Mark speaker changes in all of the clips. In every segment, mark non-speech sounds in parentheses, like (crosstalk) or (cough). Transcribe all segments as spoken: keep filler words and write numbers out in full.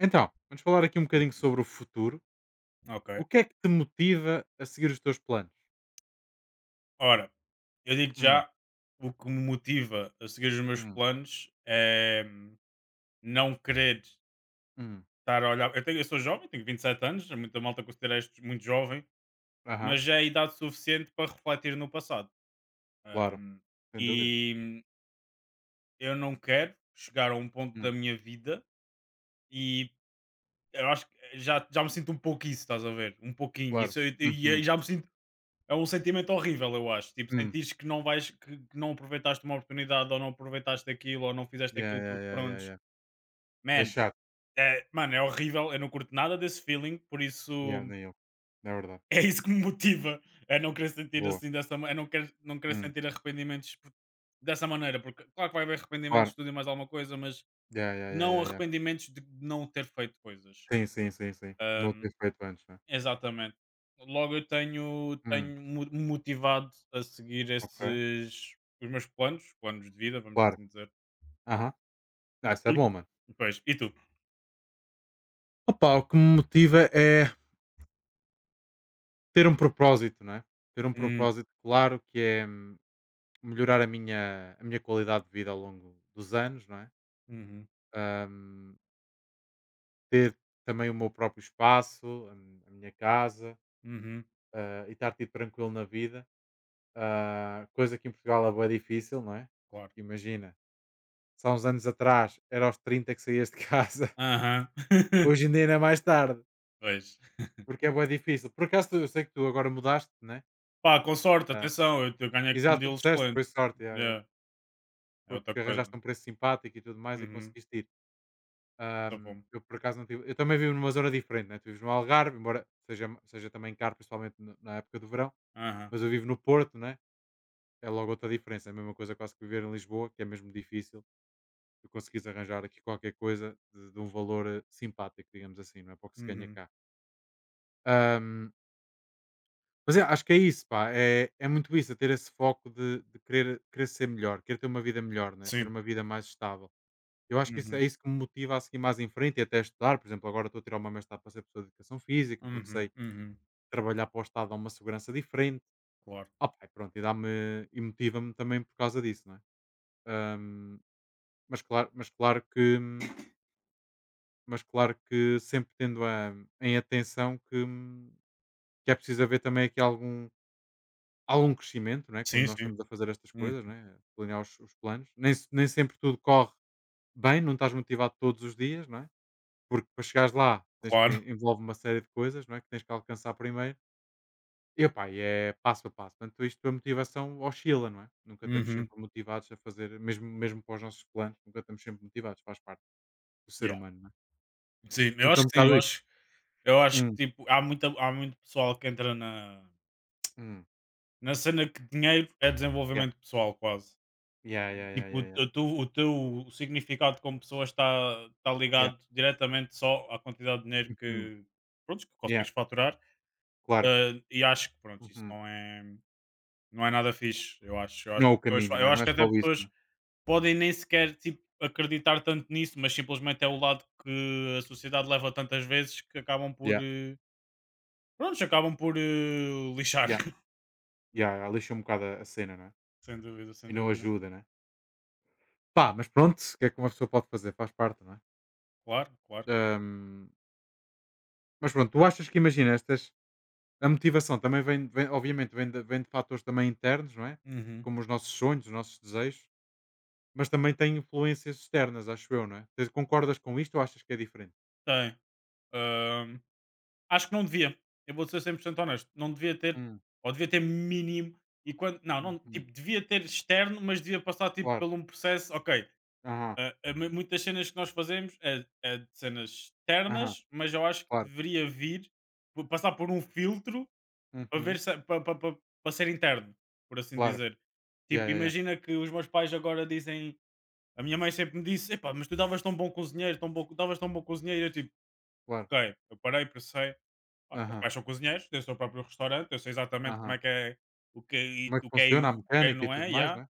Speaker 1: Então, vamos falar aqui um
Speaker 2: Hum,
Speaker 1: bocadinho sobre o futuro.
Speaker 2: ok.
Speaker 1: O que é que te motiva a seguir os teus planos?
Speaker 2: Ora, eu digo
Speaker 1: Hum,
Speaker 2: já, o que me motiva a seguir os meus
Speaker 1: hum,
Speaker 2: planos é hum, não querer
Speaker 1: hum.
Speaker 2: estar a olhar. Eu, tenho- eu sou jovem, tenho vinte e sete anos, muita malta considera isto muito jovem,
Speaker 1: Aham,
Speaker 2: mas já é idade suficiente para refletir no passado.
Speaker 1: claro.
Speaker 2: Hum,
Speaker 1: Sem dúvida.
Speaker 2: e hum, eu não quero chegar a um ponto da
Speaker 1: Hum,
Speaker 2: minha vida e eu acho que já, já me sinto um pouco isso, estás a ver? Um pouquinho.
Speaker 1: claro.
Speaker 2: Isso, eu, eu-
Speaker 1: Uhum,
Speaker 2: e já me sinto. É um sentimento horrível, eu acho. Tipo,
Speaker 1: hum.
Speaker 2: sentires que não vais, que, que não aproveitaste uma oportunidade, ou não aproveitaste aquilo, ou não fizeste
Speaker 1: Yeah,
Speaker 2: aquilo
Speaker 1: yeah,
Speaker 2: porque
Speaker 1: yeah, yeah,
Speaker 2: prontos.
Speaker 1: yeah. É
Speaker 2: Man,
Speaker 1: chato.
Speaker 2: é, mano, é horrível. Eu não curto nada desse feeling, por isso
Speaker 1: Yeah,
Speaker 2: (laughs)
Speaker 1: nem eu. É verdade.
Speaker 2: é isso que me motiva. A não querer sentir
Speaker 1: Boa.
Speaker 2: assim dessa maneira. É não querer, não querer
Speaker 1: Hum,
Speaker 2: sentir arrependimentos por- dessa maneira, porque claro que vai haver arrependimentos
Speaker 1: claro.
Speaker 2: de tudo e mais alguma coisa, mas
Speaker 1: Yeah, yeah, yeah,
Speaker 2: não
Speaker 1: yeah, yeah.
Speaker 2: arrependimentos de não ter feito coisas.
Speaker 1: Sim, sim, sim, sim. Não ter feito antes, né?
Speaker 2: Exatamente. Logo eu tenho
Speaker 1: Hum,
Speaker 2: tenho-me motivado a seguir
Speaker 1: ok.
Speaker 2: esses os meus planos, planos de vida, vamos
Speaker 1: Claro.
Speaker 2: assim dizer.
Speaker 1: Aham. Ah, isso é bom, mano.
Speaker 2: E pois, e tu?
Speaker 1: Opa, o que me motiva é ter um propósito, não é? Ter um
Speaker 2: Hum,
Speaker 1: propósito claro que é, hum, melhorar a minha, a minha qualidade de vida ao longo dos anos, não é?
Speaker 2: uhum,
Speaker 1: Ahm, Ter também o meu próprio espaço, a, mi- a minha casa,
Speaker 2: uhum,
Speaker 1: ah, e estar tipo, tranquilo na vida. Ah, coisa que em Portugal é bem difícil, não é?
Speaker 2: claro.
Speaker 1: Porque imagina, se há uns anos atrás era aos trinta que saías de casa, (laughs)
Speaker 2: Aham. (laughs)
Speaker 1: hoje em dia ainda é mais tarde,
Speaker 2: Pois.
Speaker 1: porque é bem difícil. Por acaso tu- eu sei que tu agora mudaste, não é?
Speaker 2: Pá, com sorte,
Speaker 1: Ah,
Speaker 2: atenção, eu eu ganho
Speaker 1: e
Speaker 2: aqui
Speaker 1: já
Speaker 2: um
Speaker 1: tu
Speaker 2: deal
Speaker 1: disseste que
Speaker 2: excelente.
Speaker 1: foi sorte, já, já.
Speaker 2: É, é
Speaker 1: Foi
Speaker 2: outra
Speaker 1: porque
Speaker 2: coisa.
Speaker 1: arranjaste um preço simpático e tudo mais e
Speaker 2: Uhum,
Speaker 1: conseguiste ir.
Speaker 2: só
Speaker 1: Ahm,
Speaker 2: fome.
Speaker 1: eu por acaso não tive. Eu também vivo numa zona diferente, né? Tu vives no Algarve, embora seja, seja também caro, principalmente na na época do verão,
Speaker 2: Aham.
Speaker 1: mas eu vivo no Porto, né? É logo outra diferença. É a mesma coisa quase que viver em Lisboa, que é mesmo difícil. Tu conseguires arranjar aqui qualquer coisa de, de um valor eh, simpático, digamos assim, não é? Para o que se ganha
Speaker 2: Uhum.
Speaker 1: cá. Ahm, mas é, acho que é isso, pá. É, é muito isso, é ter esse foco de, de querer, querer ser melhor, querer ter uma vida melhor, né? Ter
Speaker 2: Sim.
Speaker 1: uma vida mais estável. Eu acho que isso
Speaker 2: Uhum,
Speaker 1: é isso que me motiva a seguir mais em frente e até estudar. Por exemplo, agora estou a tirar uma mestrado para ser professor de educação física, porque sei
Speaker 2: uhum,
Speaker 1: que
Speaker 2: uhum,
Speaker 1: trabalhar para o Estado dá uma segurança diferente.
Speaker 2: claro.
Speaker 1: Opa, e pronto, e, dá-me- e motiva-me também por causa disso, não é? Ahm, mas, claro, mas, claro que, mas claro que sempre tendo a- em atenção que, que é preciso haver também aqui algum, algum crescimento, não é? Quando
Speaker 2: Sim,
Speaker 1: nós
Speaker 2: sim.
Speaker 1: estamos a fazer estas
Speaker 2: Hum,
Speaker 1: coisas, não é? Planear os, os planos. Nem, se- nem sempre tudo corre bem, não estás motivado todos os dias, não é? Porque para chegares lá tens que
Speaker 2: claro.
Speaker 1: envolve uma série de coisas, não é, que tens que alcançar primeiro. E opá, e é passo a passo. Portanto, isto, a motivação oscila, não é? Nunca estamos
Speaker 2: Uhum,
Speaker 1: sempre motivados a fazer, mesmo mesmo para os nossos planos, nunca estamos sempre motivados, faz parte do ser
Speaker 2: yeah.
Speaker 1: humano, não é?
Speaker 2: Sim, eu
Speaker 1: Então
Speaker 2: acho
Speaker 1: é um
Speaker 2: que sim,
Speaker 1: bocado
Speaker 2: eu
Speaker 1: isso.
Speaker 2: acho. Eu acho
Speaker 1: Hum,
Speaker 2: que tipo, há, muita, há muito pessoal que entra na,
Speaker 1: hum.
Speaker 2: na cena que dinheiro é
Speaker 1: Yeah.
Speaker 2: desenvolvimento pessoal, quase.
Speaker 1: Yeah, yeah, yeah,
Speaker 2: Tipo,
Speaker 1: yeah, yeah.
Speaker 2: o, teu o teu significado como pessoa está, está
Speaker 1: Yeah.
Speaker 2: ligado diretamente só à quantidade de dinheiro
Speaker 1: Uhum.
Speaker 2: que, pronto, que
Speaker 1: Yeah,
Speaker 2: consegues faturar.
Speaker 1: claro.
Speaker 2: eh, e acho que pronto, isso
Speaker 1: Uhum.
Speaker 2: não é, não é nada fixe. Eu acho, eu acho,
Speaker 1: Não é o
Speaker 2: que pessoas
Speaker 1: caminho,
Speaker 2: fa-
Speaker 1: não
Speaker 2: eu
Speaker 1: é? Não
Speaker 2: acho
Speaker 1: é
Speaker 2: que
Speaker 1: só
Speaker 2: até
Speaker 1: isso,
Speaker 2: pessoas
Speaker 1: não é?
Speaker 2: podem nem sequer tipo, acreditar tanto nisso, mas simplesmente é o lado que a sociedade leva tantas vezes que acabam por.
Speaker 1: Yeah,
Speaker 2: eh, Prontos, acabam por eh, lixar.
Speaker 1: yeah, yeah, yeah, lixa um bocado a a cena, não é?
Speaker 2: Sem dúvida, sem
Speaker 1: E não
Speaker 2: dúvida.
Speaker 1: ajuda, não é? Pá, mas pronto, o que é que uma pessoa pode fazer? Faz parte, não é?
Speaker 2: Claro, claro.
Speaker 1: Hum. Mas pronto, tu achas que imagina estas a motivação também vem vem obviamente vem de vem de fatores também internos, não é?
Speaker 2: Uhum.
Speaker 1: Como os nossos sonhos, os nossos desejos, mas também tem influências externas, acho eu, não é? Tu concordas com isto ou achas que é diferente?
Speaker 2: Tem. Ahm, acho que não devia. Eu vou ser cem por cento honesto. Não devia ter,
Speaker 1: Hum,
Speaker 2: ou devia ter mínimo. E quando, não, não,
Speaker 1: uhum.
Speaker 2: tipo, devia ter externo, mas devia passar tipo,
Speaker 1: Claro.
Speaker 2: por um processo. Ok,
Speaker 1: Aham,
Speaker 2: ah, ah, mu- muitas cenas que nós fazemos é, é de cenas
Speaker 1: aham,
Speaker 2: externas, mas eu acho que
Speaker 1: claro.
Speaker 2: deveria vir, por- passar por um filtro para ver
Speaker 1: Uhum,
Speaker 2: se, para, para, para, para ser interno, por assim
Speaker 1: claro.
Speaker 2: dizer.
Speaker 1: Yeah,
Speaker 2: Tipo,
Speaker 1: yeah, ya,
Speaker 2: imagina que os meus pais agora dizem. A minha mãe sempre me disse: Epá, mas tu davas tão bom cozinheiro, tão bom, davas tão bom cozinheiro. Eu tipo,
Speaker 1: claro.
Speaker 2: ok, eu parei, pensei, "Ah, os meus
Speaker 1: Aham,
Speaker 2: pais são cozinheiros, têm o seu próprio restaurante, eu sei exatamente como
Speaker 1: aham.
Speaker 2: é que é o que é, e-
Speaker 1: Como é que
Speaker 2: o que é e
Speaker 1: funciona a
Speaker 2: o que é
Speaker 1: mecânica e
Speaker 2: não
Speaker 1: tudo
Speaker 2: é,
Speaker 1: mais, não
Speaker 2: já."
Speaker 1: é?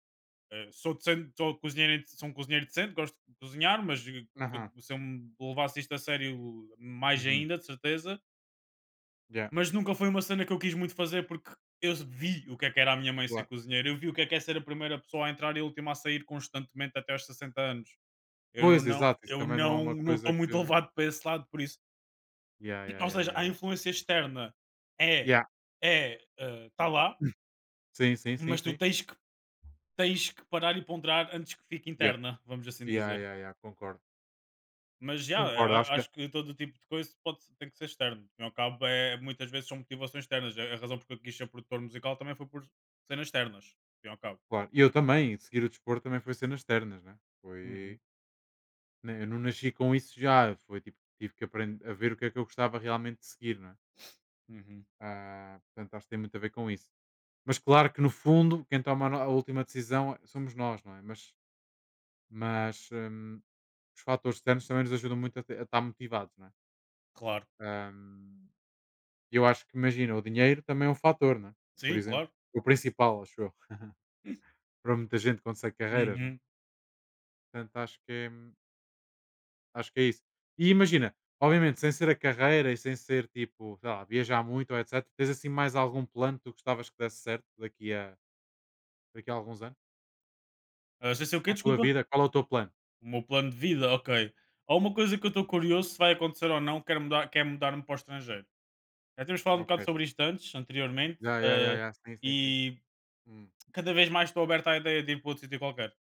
Speaker 2: Eh, sou, decente, sou, cozinheiro, inde- sou um cozinheiro decente, gosto de cozinhar, mas eh, se
Speaker 1: Aham,
Speaker 2: se eu me levasse isto a sério, mais
Speaker 1: uhum,
Speaker 2: ainda, de certeza.
Speaker 1: ya,
Speaker 2: Mas nunca foi uma cena que eu quis muito fazer porque eu vi o que é que era a minha mãe ser
Speaker 1: claro.
Speaker 2: cozinheira, eu vi o que é que é ser a primeira pessoa a entrar e a última a sair constantemente até aos sessenta anos. Eu
Speaker 1: Pois,
Speaker 2: não
Speaker 1: exato, isso
Speaker 2: eu
Speaker 1: também não é
Speaker 2: não
Speaker 1: uma
Speaker 2: não
Speaker 1: coisa
Speaker 2: estou muito
Speaker 1: que.
Speaker 2: levado para esse lado, por isso
Speaker 1: Yeah,
Speaker 2: (clears throat)
Speaker 1: yeah,
Speaker 2: ou
Speaker 1: yeah,
Speaker 2: seja,
Speaker 1: yeah,
Speaker 2: a
Speaker 1: yeah.
Speaker 2: influência externa é
Speaker 1: Ya.
Speaker 2: é, está lá,
Speaker 1: (laughs) Sim, sim, sim,
Speaker 2: mas tu
Speaker 1: sim.
Speaker 2: tens que tens que parar e ponderar antes que fique
Speaker 1: Ya.
Speaker 2: interna, vamos assim
Speaker 1: Ya,
Speaker 2: dizer.
Speaker 1: ya, ya, concordo.
Speaker 2: Mas já, eh,
Speaker 1: Concordo, acho
Speaker 2: a
Speaker 1: que.
Speaker 2: acho que todo tipo de coisa pode tem que ser externo, ao fim e ao cabo é muitas vezes são motivações externas, a a razão porque eu quis ser produtor musical também foi por cenas externas, ao fim e ao cabo.
Speaker 1: Claro, e eu também, seguir o desporto também foi cenas externas, né, foi
Speaker 2: Uhum,
Speaker 1: né, eu não nasci com isso já, foi tipo, tive que aprender a ver o que é que eu gostava realmente de seguir, né.
Speaker 2: uhum,
Speaker 1: Ah, portanto, acho que tem muito a ver com isso. Mas claro que no fundo, quem toma a no a última decisão é, somos nós, não é? Mas mas, hum, os fatores externos também nos ajudam muito a te a estar motivados, não é?
Speaker 2: claro.
Speaker 1: Hum, eu acho que imagina, o dinheiro também é um fator, não é? Por
Speaker 2: Sim,
Speaker 1: exemplo,
Speaker 2: claro.
Speaker 1: o principal, acho eu, (laughs)
Speaker 2: (clears throat)
Speaker 1: para muita gente quando segue carreiras, não é?
Speaker 2: Uhum.
Speaker 1: Portanto, acho que é, acho que é, isso. E imagina, obviamente, sem ser a carreira e sem ser tipo, sei lá, viajar muito, etcetera. Tens assim mais algum plano que tu gostavas que desse certo daqui a, daqui a alguns anos?
Speaker 2: Hã, sem ser o quê?
Speaker 1: A tua
Speaker 2: Desculpa?
Speaker 1: vida, qual é o teu plano?
Speaker 2: O meu plano de vida, ok. Há uma coisa que eu estou curioso se vai acontecer ou não, quero mudar, quero mudar-me para o estrangeiro. Já tínhamos falado um bocado
Speaker 1: Ok.
Speaker 2: sobre isto antes, anteriormente,
Speaker 1: Já, já, já,
Speaker 2: eh,
Speaker 1: já, sim, sim, sim.
Speaker 2: e
Speaker 1: Hum,
Speaker 2: cada vez mais estou aberto à ideia de ir para outro sítio qualquer.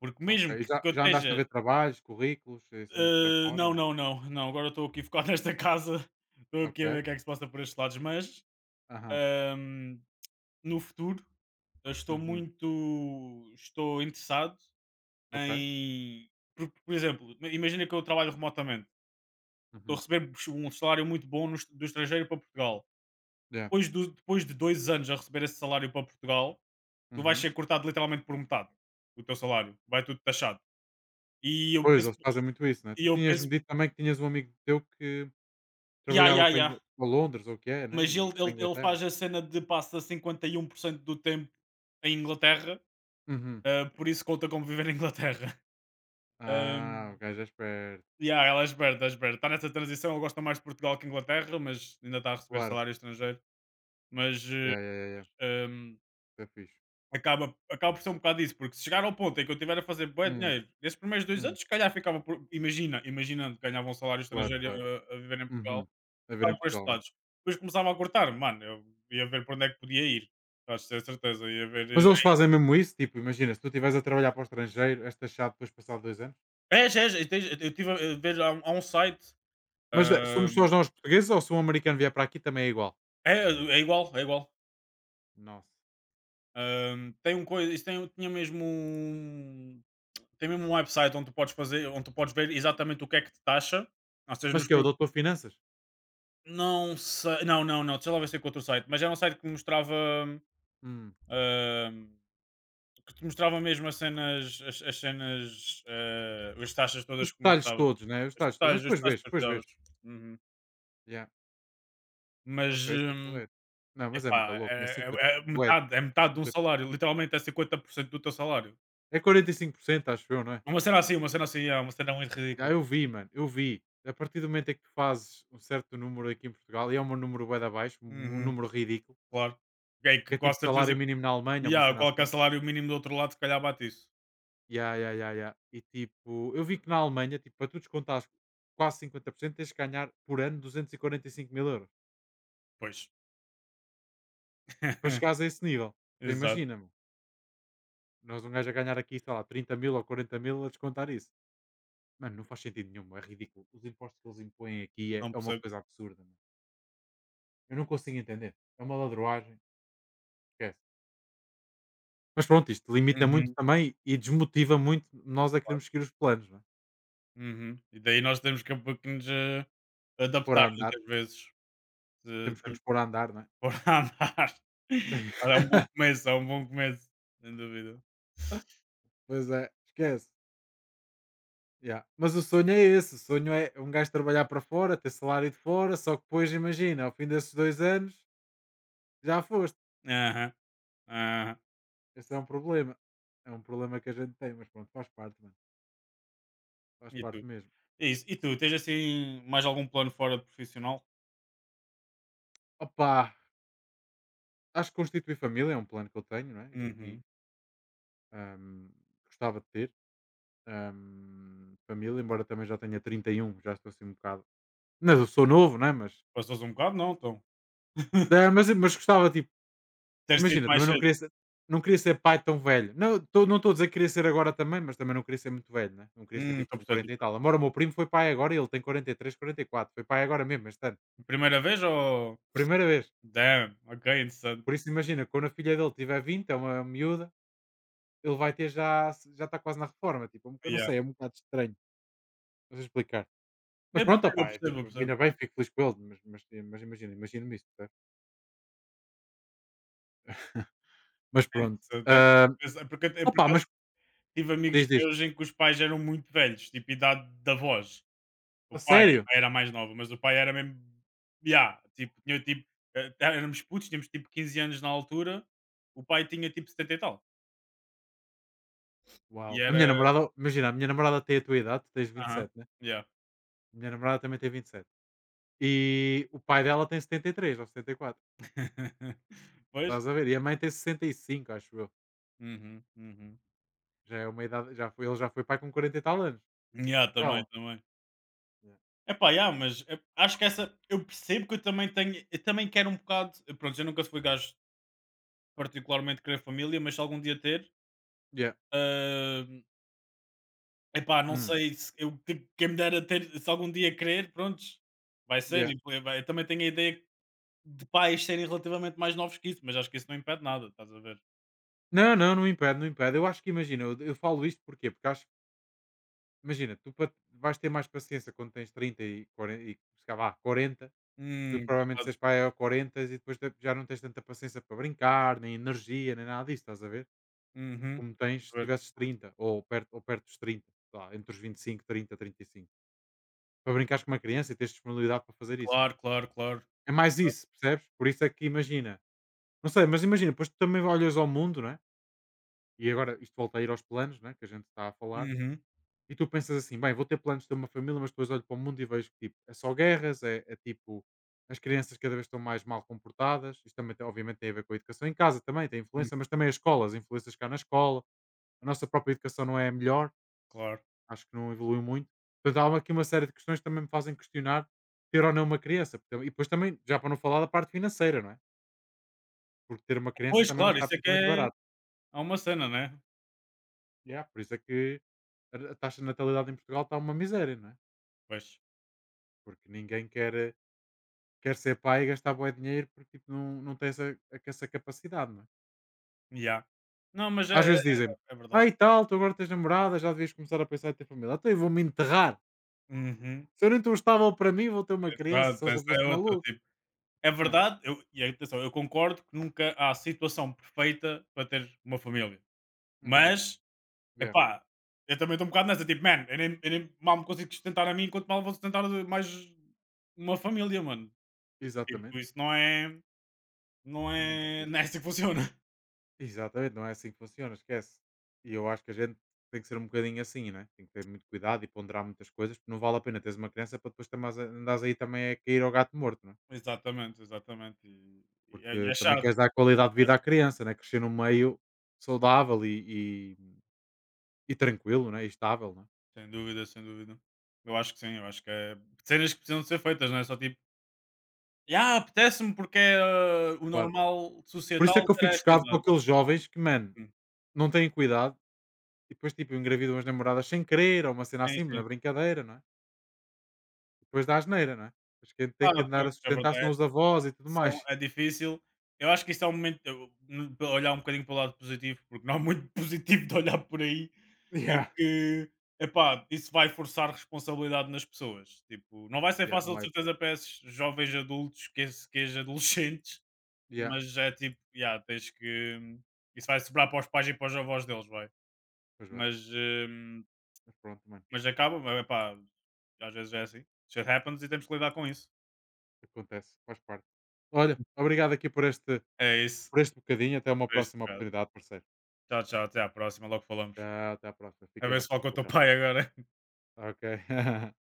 Speaker 2: Porque
Speaker 1: ok.
Speaker 2: mesmo
Speaker 1: E
Speaker 2: que
Speaker 1: já,
Speaker 2: que eu
Speaker 1: já andaste a
Speaker 2: esteja,
Speaker 1: ver trabalhos, currículos, em cima para
Speaker 2: eh,
Speaker 1: fora ou
Speaker 2: não,
Speaker 1: não?
Speaker 2: não, não, não, agora estou aqui focado (laughs) nesta casa, estou aqui a
Speaker 1: Ok.
Speaker 2: ver o que é que se passa por estes lados, mas
Speaker 1: Aham.
Speaker 2: ehm, no futuro eu estou
Speaker 1: Uhum.
Speaker 2: muito estou interessado
Speaker 1: Ok.
Speaker 2: em por, por exemplo, imagina que eu trabalho remotamente. Estou a
Speaker 1: Uhum.
Speaker 2: receber um salário muito bom no est- do estrangeiro para Portugal.
Speaker 1: Yeah.
Speaker 2: Depois, do- depois de dois anos a receber esse salário para Portugal, tu vais
Speaker 1: Uhum.
Speaker 2: ser cortado literalmente por metade o teu salário. Vai tudo taxado. E eu
Speaker 1: Pois,
Speaker 2: penso,
Speaker 1: eles fazem muito isso, né?
Speaker 2: e
Speaker 1: Tu
Speaker 2: eu
Speaker 1: tinhas-me
Speaker 2: penso,
Speaker 1: dito também que tinhas um amigo teu que
Speaker 2: ya,
Speaker 1: trabalhava
Speaker 2: ya,
Speaker 1: para,
Speaker 2: ya.
Speaker 1: Ingl- para Londres, ou o que é, né?
Speaker 2: Mas ele,
Speaker 1: E para a
Speaker 2: ele, ele
Speaker 1: Inglaterra.
Speaker 2: faz a cena de passa cinquenta e um por cento do tempo em Inglaterra,
Speaker 1: Uhum.
Speaker 2: ah, por isso conta como viver na Inglaterra. (laughs)
Speaker 1: Ah,
Speaker 2: Ahm,
Speaker 1: o gajo é esperto.
Speaker 2: Ya, ela é esperta, é esperta. Está nessa transição, eu gosto mais de Portugal que Inglaterra, mas ainda está a receber
Speaker 1: Claro.
Speaker 2: salário estrangeiro. Mas
Speaker 1: Yeah, yeah, ya, ya. Isso é fixe.
Speaker 2: Acaba, acaba por ser um bocado isso, porque se chegar ao ponto em que eu tiver a fazer bué
Speaker 1: Hum,
Speaker 2: dinheiro, nesses primeiros dois
Speaker 1: hum.
Speaker 2: anos, se calhar ficava por imagina, imaginando que ganhava um salário
Speaker 1: Claro,
Speaker 2: estrangeiro
Speaker 1: claro.
Speaker 2: a a viver em
Speaker 1: Uhum.
Speaker 2: Portugal,
Speaker 1: A ver em
Speaker 2: ficava por estes
Speaker 1: Portugal, né?
Speaker 2: lados. Depois começava a cortar, mano, eu ia ver para onde é que podia ir, acho ter certeza, ia ver,
Speaker 1: Mas
Speaker 2: eh
Speaker 1: eles fazem mesmo isso? Tipo, imagina, se tu estiveres a trabalhar para o estrangeiro, és taxado depois de passar dois anos?
Speaker 2: é és, eu tens eu estive a ver há um há um site,
Speaker 1: Mas eh, somos
Speaker 2: hã,
Speaker 1: só nós portugueses ou se um americano vier para aqui também é igual?
Speaker 2: é é igual, é igual.
Speaker 1: Nossa.
Speaker 2: Hã, tem um coisa isso tem tinha mesmo um tem mesmo um website onde tu podes fazer onde tu podes ver exatamente o que é que te taxa, ou seja,
Speaker 1: Mas
Speaker 2: nos.
Speaker 1: que é o Doutor Finanças?
Speaker 2: Não sei, não, não, não, deixa lá ver se encontro o site, mas era um site que mostrava,
Speaker 1: Hum.
Speaker 2: hum, que te mostrava mesmo as cenas, as as cenas, eh, as taxas
Speaker 1: Os
Speaker 2: todas que
Speaker 1: detalhes
Speaker 2: montavas,
Speaker 1: todos, né? Os
Speaker 2: os
Speaker 1: detalhes todos. Mas
Speaker 2: taxas os
Speaker 1: depois
Speaker 2: detalhes
Speaker 1: vês,
Speaker 2: que
Speaker 1: depois vês.
Speaker 2: precisavas. Uhum.
Speaker 1: Yeah. Ok,
Speaker 2: Mas,
Speaker 1: isso é
Speaker 2: hum,
Speaker 1: correto. Não, mas é muito
Speaker 2: epá,
Speaker 1: louco, né?
Speaker 2: é
Speaker 1: cinquenta,
Speaker 2: é é
Speaker 1: bué,
Speaker 2: metade, é metade de um
Speaker 1: cinquenta,
Speaker 2: salário, literalmente é cinquenta por cento do teu salário.
Speaker 1: é quarenta e cinco por cento, acho eu, não é?
Speaker 2: Uma cena assim, uma cena assim, yeah, uma cena muito
Speaker 1: Ah,
Speaker 2: ridícula.
Speaker 1: eu vi, mano, eu vi. A partir do momento em que tu fazes um certo número aqui em Portugal, e é um número bué da baixo, um um
Speaker 2: Uhum,
Speaker 1: número ridículo,
Speaker 2: claro. É
Speaker 1: que
Speaker 2: que
Speaker 1: é
Speaker 2: com a
Speaker 1: tipo
Speaker 2: certeza
Speaker 1: salário mínimo na
Speaker 2: que
Speaker 1: Alemanha, uma
Speaker 2: yeah,
Speaker 1: cena assim.
Speaker 2: qualquer salário mínimo do outro lado se calhar bate isso.
Speaker 1: Ya, ya, ya, ya. E tipo, eu vi que na Alemanha, tipo, para tu descontares quase cinquenta por cento, tens que ganhar por ano duzentos e e quarenta e cinco mil euros.
Speaker 2: Pois.
Speaker 1: Para
Speaker 2: (laughs)
Speaker 1: chegares a esse nível. Então
Speaker 2: Exato,
Speaker 1: imagina, meu, nós um gajo a ganhar aqui, sei lá, trinta mil ou quarenta mil a descontar isso. Mano, não faz sentido nenhum, é ridículo. Os impostos que eles impõem aqui é,
Speaker 2: não
Speaker 1: é uma
Speaker 2: percebo.
Speaker 1: coisa absurda, mano. Eu não consigo entender. É uma ladroagem. Esquece. Mas pronto, isto limita muito
Speaker 2: Uhum.
Speaker 1: também e desmotiva muito nós a queremos seguir os planos, não é?
Speaker 2: Uhum. E daí nós temos que, um pouco, nos eh,
Speaker 1: Pôr a
Speaker 2: adaptar
Speaker 1: andar,
Speaker 2: muitas vezes, se
Speaker 1: temos que
Speaker 2: temos
Speaker 1: nos
Speaker 2: que
Speaker 1: pôr a andar, não é?
Speaker 2: pôr a andar. (laughs) Olha, é um bom
Speaker 1: (laughs)
Speaker 2: começo, é um bom começo, sem dúvida.
Speaker 1: Pois é, esquece. Yeah. Mas o sonho é esse, o sonho é um gajo trabalhar para fora, ter salário de fora, só que depois imagina, ao fim desses dois anos, já foste.
Speaker 2: Aham, aham.
Speaker 1: Esse é um problema. É um problema que a gente tem, mas pronto, faz parte, mano. Faz
Speaker 2: E tu?
Speaker 1: parte mesmo.
Speaker 2: É isso. E tu, tens assim mais algum plano fora de profissional?
Speaker 1: Opa, acho que constituir família é um plano que eu tenho, não é? Isto aqui,
Speaker 2: Uhum.
Speaker 1: hum, gostava de ter Ahm, família, embora também já tenha trinta e um, já estou assim um bocado. Não, eu sou novo, não é? Mas,
Speaker 2: Passou-se um bocado? Não, então. (laughs)
Speaker 1: é, mas, mas gostava, tipo,
Speaker 2: Ter sido
Speaker 1: imagina,
Speaker 2: mais
Speaker 1: também não
Speaker 2: cedo.
Speaker 1: queria ser, não queria ser pai tão velho. Não estou não estou a dizer que queria ser agora também, mas também não queria ser muito velho, né? Não queria ser
Speaker 2: Hum,
Speaker 1: tipo
Speaker 2: estou a
Speaker 1: com
Speaker 2: perceber,
Speaker 1: quarenta e
Speaker 2: estou a perceber.
Speaker 1: tal. Embora o meu primo foi pai agora e ele tem quarenta e três, quarenta e quatro. Foi pai agora mesmo, este ano.
Speaker 2: Primeira vez ou
Speaker 1: Primeira vez.
Speaker 2: damn, ok, interessante.
Speaker 1: Por isso, imagina, quando a filha dele tiver vinte é uma miúda, ele vai ter já, já está quase na reforma. Tipo, eu não
Speaker 2: Yeah.
Speaker 1: sei, é um bocado estranho. Não sei explicar. Mas
Speaker 2: Eu
Speaker 1: pronto,
Speaker 2: percebo, eu
Speaker 1: opá, é tipo,
Speaker 2: percebo, eu percebo.
Speaker 1: ainda bem, fico feliz com eles, mas mas mas imagina, imagino-me isso, percebes? Mas
Speaker 2: É
Speaker 1: pronto, hã,
Speaker 2: interessante. É, porque, é por
Speaker 1: opá,
Speaker 2: acaso
Speaker 1: mas
Speaker 2: tive amigos
Speaker 1: diz, diz.
Speaker 2: meus em que os pais eram muito velhos, tipo idade da voz. O
Speaker 1: A
Speaker 2: pai
Speaker 1: sério?
Speaker 2: A mãe era mais nova, mas o pai era mesmo yeah, tipo, tinha tipo, eh, éramos putos, tínhamos tipo quinze anos na altura, o pai tinha tipo setenta e tal.
Speaker 1: Uau!
Speaker 2: E
Speaker 1: A minha
Speaker 2: era
Speaker 1: namorada imagina, a minha namorada tem a tua idade, tu tens
Speaker 2: aham,
Speaker 1: vinte e sete, né?
Speaker 2: yeah.
Speaker 1: A minha namorada também tem vinte e sete. E sete. E o pai dela tem setenta e três ou setenta e quatro,
Speaker 2: (laughs) Pois.
Speaker 1: estás a ver? E a mãe tem sessenta e cinco, acho eu.
Speaker 2: Uhum, uhum.
Speaker 1: Já é uma idade, já foi ele já foi pai com quarenta e tal anos,
Speaker 2: Yeah, também,
Speaker 1: ela.
Speaker 2: também.
Speaker 1: Yeah.
Speaker 2: É pá yeah, mas e acho que essa eu percebo que eu também tenho eu também quero um bocado eh, pronto, eu nunca fui gajo particularmente querer família, mas se algum dia ter,
Speaker 1: Yeah.
Speaker 2: ah, epá, não
Speaker 1: Hum.
Speaker 2: sei se eu que- quem me dera ter, se algum dia querer, prontos, vai ser.
Speaker 1: Yeah.
Speaker 2: e foi- vai- Eu também tenho a ideia de pais serem relativamente mais novos que isso, mas acho que isso não impede nada, estás a ver?
Speaker 1: Não, não, não impede, não impede. Eu acho que imagina, eu eu falo isto porquê? Porque acho. Imagina, tu pa vais ter mais paciência quando tens trinta e quarenta e sei lá, quarenta, do que
Speaker 2: Hum,
Speaker 1: provavelmente
Speaker 2: verdade.
Speaker 1: seres pai ao quarenta e depois te já não tens tanta paciência para brincar, nem energia, nem nada disso, estás a ver?
Speaker 2: Uhum,
Speaker 1: Como tens se
Speaker 2: ver.
Speaker 1: tivesses trinta ou perto, ou perto dos trinta, sei lá, entre os vinte e cinco, trinta trinta e cinco. Para brincares com uma criança e tens disponibilidade para fazer isso, né?
Speaker 2: Claro, claro, claro.
Speaker 1: É mais
Speaker 2: Claro.
Speaker 1: isso, percebes? Por isso é que imagina, não sei, mas imagina, depois tu também olhas ao mundo, não é? E agora isto volta a ir aos planos, né? Que a gente está a falar.
Speaker 2: Uhum,
Speaker 1: E tu pensas assim: "Bem, vou ter planos de ter uma família", mas depois olho para o mundo e vejo que, tipo, é só guerras, é é tipo, as crianças cada vez estão mais mal comportadas. Isto também tem obviamente tem a ver com a educação em casa também, tem influência, mas
Speaker 2: uhum,
Speaker 1: também as escolas, influências cá na escola. A nossa própria educação não é a melhor,
Speaker 2: claro.
Speaker 1: acho que não evoluiu muito. Portanto, há aqui uma série de questões que também me fazem questionar ter ou não uma criança. Porque e depois também, já para não falar da parte financeira, não é? Porque ter uma criança
Speaker 2: Pois,
Speaker 1: também não
Speaker 2: claro,
Speaker 1: está
Speaker 2: isso é que
Speaker 1: propriamente
Speaker 2: é,
Speaker 1: barato.
Speaker 2: é uma cena, né?
Speaker 1: Yeah, por isso é que a a taxa de natalidade em Portugal está uma miséria, não é?
Speaker 2: Pois,
Speaker 1: Porque ninguém quer eh, quer ser pai e gastar bué dinheiro porque tipo, não, não tem essa, essa capacidade, não é?
Speaker 2: já. Não, mas é,
Speaker 1: Às
Speaker 2: é,
Speaker 1: vezes dizem-me,
Speaker 2: é- é verdade.
Speaker 1: ah e tal, tu agora tens namorada, já devias começar a pensar em ter família. Então eu vou-me enterrar.
Speaker 2: Uhum,
Speaker 1: Se eu nem estou estável para mim, vou ter uma criança, se
Speaker 2: exato,
Speaker 1: eu só
Speaker 2: essa é
Speaker 1: fosse
Speaker 2: outra,
Speaker 1: maluco,
Speaker 2: tipo. É
Speaker 1: não é?
Speaker 2: verdade, eu, e atenção, eu concordo que nunca há situação perfeita para ter uma família.
Speaker 1: Uhum.
Speaker 2: Mas,
Speaker 1: Yeah.
Speaker 2: epá, eu também estou um bocado nessa, tipo, man, eu nem, eu nem mal me consigo sustentar a mim, quanto mal vou sustentar de mais uma família, mano. Tipo,
Speaker 1: Exatamente.
Speaker 2: isso não é, não
Speaker 1: É muito
Speaker 2: é,
Speaker 1: difícil.
Speaker 2: não é assim que funciona. (laughs)
Speaker 1: Exatamente, não é assim que funciona, esquece. E eu acho que a gente tem que ser um bocadinho assim, né? Tem que ter muito cuidado e ponderar muitas coisas, porque não vale a pena teres uma criança para depois também andares aí também a cair ao gato morto, não é?
Speaker 2: Exatamente, exatamente. E, e é, e
Speaker 1: Porque
Speaker 2: é
Speaker 1: também
Speaker 2: chato,
Speaker 1: queres dar qualidade de vida à criança, né, crescer num meio saudável e e e tranquilo, né, e estável, né.
Speaker 2: sem dúvida, sem dúvida. Eu acho que sim, eu acho que é cenas que precisam de ser feitas, não é só tipo, ah, apetece-me porque é ah, o
Speaker 1: Claro.
Speaker 2: normal
Speaker 1: Por isso é
Speaker 2: societal
Speaker 1: que eu
Speaker 2: ter
Speaker 1: fico
Speaker 2: esta
Speaker 1: chocado com
Speaker 2: idade.
Speaker 1: aqueles jovens que, mano,
Speaker 2: Sim,
Speaker 1: não têm cuidado e depois, tipo, engravidam as namoradas sem querer ou uma cena
Speaker 2: sim.
Speaker 1: assim, na
Speaker 2: Sim.
Speaker 1: brincadeira, não é. Depois dá asneira, não é. Depois quem tem
Speaker 2: Ah,
Speaker 1: que andar
Speaker 2: pronto,
Speaker 1: a
Speaker 2: é
Speaker 1: sustentar são
Speaker 2: verdade.
Speaker 1: os avós e tudo
Speaker 2: São
Speaker 1: mais.
Speaker 2: é
Speaker 1: (laughs)
Speaker 2: difícil. Eu acho que isso é um momento eu hum, para olhar um bocadinho para o lado positivo, porque não há muito (laughs) positivo de olhar por aí, é
Speaker 1: Yeah.
Speaker 2: que, epá, isso vai forçar responsabilidade nas pessoas. Tipo, não vai ser
Speaker 1: Yeah,
Speaker 2: fácil
Speaker 1: não
Speaker 2: de
Speaker 1: há hipótese.
Speaker 2: certeza para esses jovens adultos, que esse que és adolescentes,
Speaker 1: Yeah,
Speaker 2: mas é tipo, yeah, tens que isso vai sobrar para os pais e para os avós deles, vai.
Speaker 1: pois bem.
Speaker 2: Mas, hum,
Speaker 1: Mas pronto, mano,
Speaker 2: mas acaba, mas epá, às vezes é assim. Shit happens e temos que lidar com isso.
Speaker 1: acontece, faz parte. Olha, obrigado aqui por este
Speaker 2: É isso.
Speaker 1: por este bocadinho, até uma
Speaker 2: Por este
Speaker 1: próxima
Speaker 2: bocado.
Speaker 1: oportunidade, parceiro.
Speaker 2: Tchau, tchau, até à próxima, logo falamos.
Speaker 1: Tchau, até à próxima.
Speaker 2: A
Speaker 1: Fica
Speaker 2: ver
Speaker 1: bem.
Speaker 2: se fala com o
Speaker 1: Tchau,
Speaker 2: teu
Speaker 1: tchau.
Speaker 2: pai agora.
Speaker 1: Ok. (laughs)